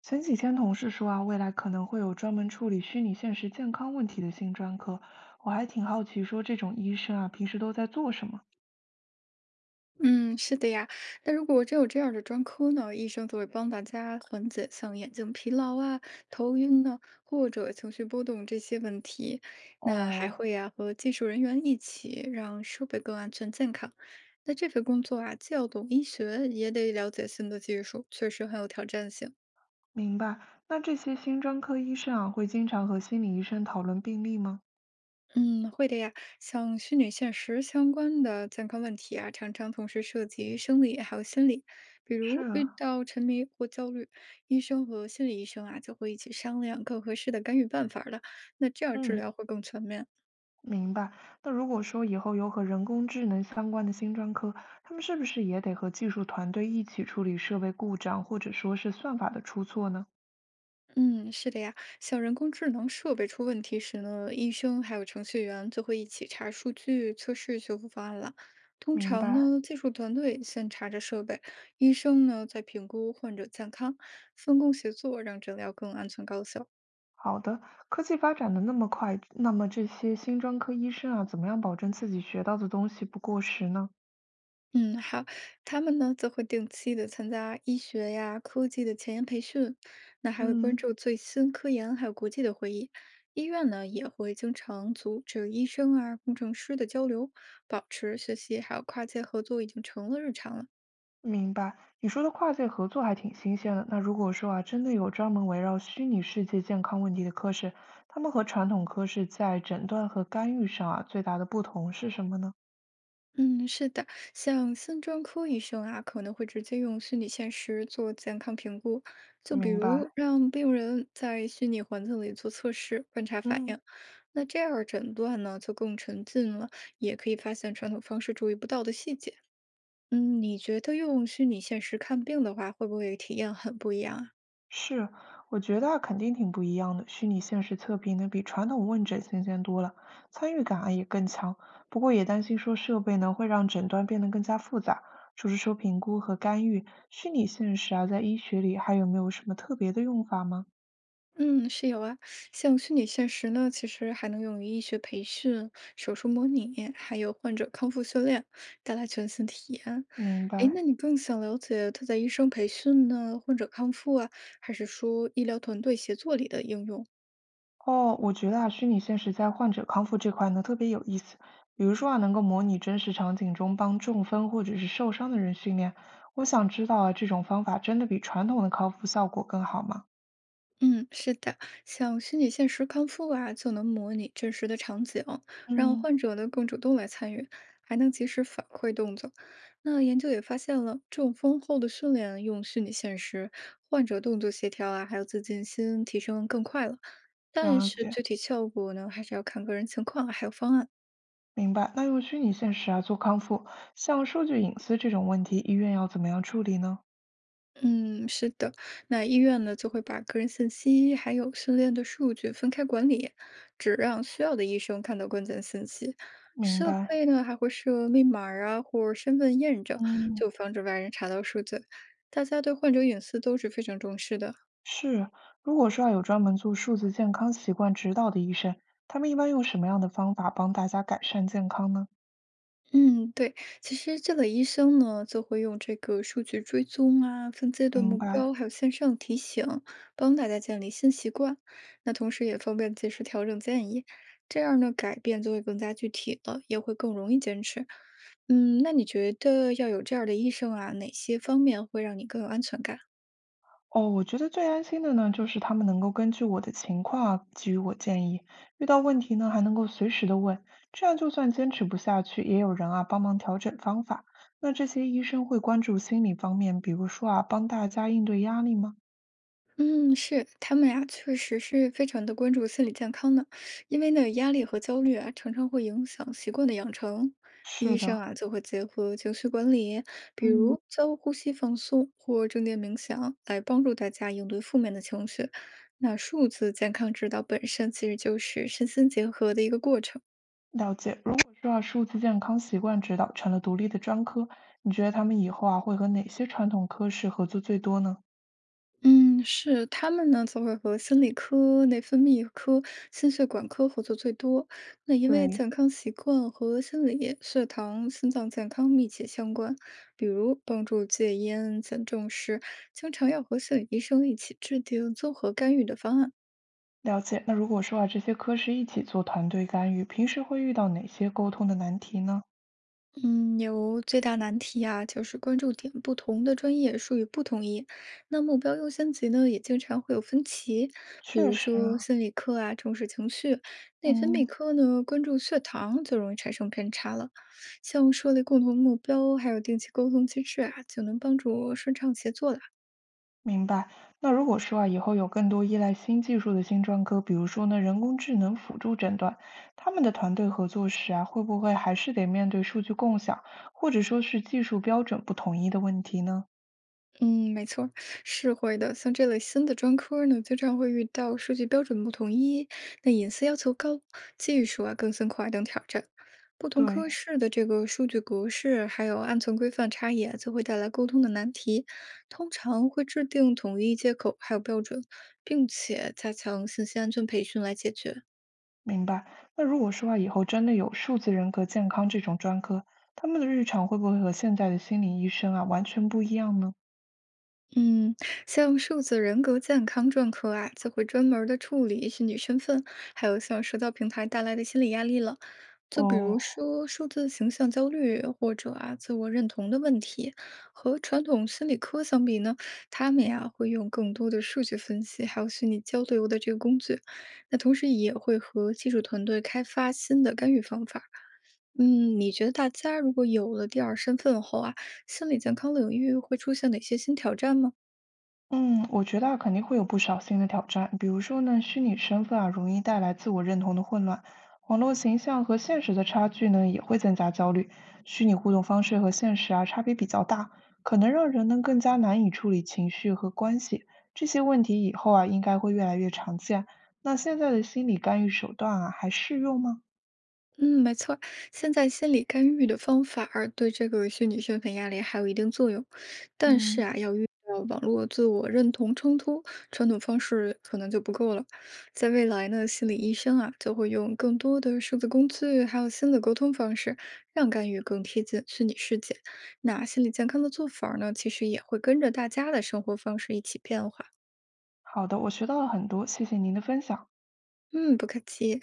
前几天同事说啊，未来可能会有专门处理虚拟现实健康问题的新专科，我还挺好奇，说这种医生啊，平时都在做什么？嗯，是的呀。那如果真有这样的专科呢，医生就会帮大家缓解像眼睛疲劳啊、头晕呢，或者情绪波动这些问题。那还哦，会呀、和技术人员一起让设备更安全健康。那这份工作啊，既要懂医学，也得了解新的技术，确实很有挑战性。明白。那这些新专科医生啊，会经常和心理医生讨论病例吗？嗯，会的呀。像虚拟现实相关的健康问题啊，常常同时涉及生理还有心理。比是如遇啊。到沉迷或焦虑，医生和心理医生啊就会一起商量更合适的干预办法儿了。那这样治嗯，疗会更全面。明白。那如果说以后有和人工智能相关的新专科，他们是不是也得和技术团队一起处理设备故障，或者说是算法的出错呢？嗯，是的呀，像人工智能设备出问题时呢，医生还有程序员就会一起查数据、测试修复方案了。通明常白。呢，技术团队先查着设备，医生呢再评估患者健康，分工协作，让诊疗更安全高效。好的，科技发展的那么快，那么这些新专科医生啊，怎么样保证自己学到的东西不过时呢？嗯，好，他们呢则会定期的参加医学呀、科技的前沿培训，那还会关嗯，注最新科研，还有国际的会议。医院呢也会经常组织医生啊、工程师的交流，保持学习还有跨界合作已经成了日常了。明白，你说的跨界合作还挺新鲜的。那如果说啊，真的有专门围绕虚拟世界健康问题的科室，他们和传统科室在诊断和干预上啊，最大的不同是什么呢？嗯，是的，像新专科医生啊，可能会直接用虚拟现实做健康评估，就比明如白，让病人在虚拟环境里做测试，观察反嗯。应。那这样儿诊断呢，就更沉浸了，也可以发现传统方式注意不到的细节。嗯，你觉得用虚拟现实看病的话，会不会体验很不一样啊？是，我觉得啊肯定挺不一样的。虚拟现实测评呢，比传统问诊新鲜多了，参与感啊也更强。不过也担心说设备呢会让诊断变得更加复杂，除是说评估和干预，虚拟现实啊在医学里还有没有什么特别的用法吗？嗯，是有啊，像虚拟现实呢，其实还能用于医学培训、手术模拟，还有患者康复训练，带来全新体验。明诶，那白。你更想了解它在医生培训呢、患者康复啊，还是说医疗团队协作里的应用？哦，我觉得啊，虚拟现实在患者康复这块呢特别有意思。比如说啊，能够模拟真实场景中帮中风或者是受伤的人训练。我想知道啊，这种方法真的比传统的康复效果更好吗？嗯，是的，像虚拟现实康复啊，就能模拟真实的场景，让嗯，患者呢更主动来参与，还能及时反馈动作。那研究也发现了，这种丰厚的训练用虚拟现实，患者动作协调啊，还有自信心提升更快了。但了是解，具体效果呢，还是要看个人情况还有方案。明白。那用虚拟现实啊做康复，像数据隐私这种问题，医院要怎么样处理呢？嗯，是的，那医院呢就会把个人信息还有训练的数据分开管理，只让需要的医生看到关键信息。明设白，备呢还会设密码儿啊或身份验证，嗯，就防止外人查到数据。大家对患者隐私都是非常重视的。是。如果说啊有专门做数字健康习惯指导的医生，他们一般用什么样的方法帮大家改善健康呢？嗯，对，其实这个医生呢，就会用这个数据追踪啊、分阶段明目白。标，还有线上提醒，帮大家建立新习惯。那同时也方便及时调整建议，这样呢，改变就会更加具体了，也会更容易坚持。嗯，那你觉得要有这样的医生啊，哪些方面会让你更有安全感？哦，我觉得最安心的呢，就是他们能够根据我的情况给予我建议，遇到问题呢还能够随时的问，这样就算坚持不下去，也有人啊帮忙调整方法。那这些医生会关注心理方面，比如说啊帮大家应对压力吗？嗯，是，他们俩确实是非常的关注心理健康的，因为呢，压力和焦虑啊，常常会影响习惯的养成。是医生的，啊，就会结合情绪管理，比嗯，如教呼吸放松或正念冥想，来帮助大家应对负面的情绪。那数字健康指导本身其实就是身心结合的一个过程。了解。如果说啊数字健康习惯指导成了独立的专科，你觉得他们以后啊会和哪些传统科室合作最多呢？嗯，是，他们呢则会和心理科、内分泌科、心血管科合作最多。那因为对。健康习惯和心理、血糖、心脏健康密切相关，比如帮助戒烟、减重时，经常要和心理医生一起制定综合干预的方案。了解。那如果说啊，这些科室一起做团队干预，平时会遇到哪些沟通的难题呢？嗯，有最大难题啊，就是关注点不同的专业术语不统一，那目标优先级呢也经常会有分歧。比确如实说啊。心理科啊重视情绪，内分泌嗯，科呢关注血糖，就容易产生偏差了。像设立共同目标，还有定期沟通机制啊，就能帮助顺畅协作了。明白。那如果说啊，以后有更多依赖新技术的新专科，比如说呢，人工智能辅助诊断，他们的团队合作时啊，会不会还是得面对数据共享，或者说是技术标准不统一的问题呢？嗯，没错儿是会的。像这类新的专科儿呢，经常会遇到数据标准不统一，那隐私要求高，技术啊更新快等挑战。不同科对，室的这个数据格式还有安全规范差异啊，就会带来沟通的难题。通常会制定统一接口还有标准，并且加强信息安全培训来解决。明白。那如果说啊，以后真的有数字人格健康这种专科，他们的日常会不会和现在的心理医生啊完全不一样呢？嗯，像数字人格健康专科啊，就会专门的处理虚拟身份，还有像社交平台带来的心理压力了。就比如哦，说数字形象焦虑，或者啊自我认同的问题，和传统心理科相比呢，他们呀会用更多的数据分析，还有虚拟交流的这个工具。那同时也会和技术团队开发新的干预方法。嗯，你觉得大家如果有了第二身份后啊，心理健康领域会出现哪些新挑战吗？嗯，我觉得啊，肯定会有不少新的挑战。比如说呢，虚拟身份啊，容易带来自我认同的混乱，网络形象和现实的差距呢，也会增加焦虑。虚拟互动方式和现实啊，差别比较大，可能让人呢更加难以处理情绪和关系。这些问题以后啊，应该会越来越常见。那现在的心理干预手段啊，还适用吗？嗯，没错儿现在心理干预的方法儿对这个虚拟身份压力还有一定作用，但是嗯，啊，要遇到网络自我认同冲突，传统方式可能就不够了。在未来呢，心理医生啊就会用更多的数字工具，还有新的沟通方式，让干预更贴近虚拟世界。那心理健康的做法儿呢，其实也会跟着大家的生活方式一起变化。好的，我学到了很多，谢谢您的分享。嗯，不客气。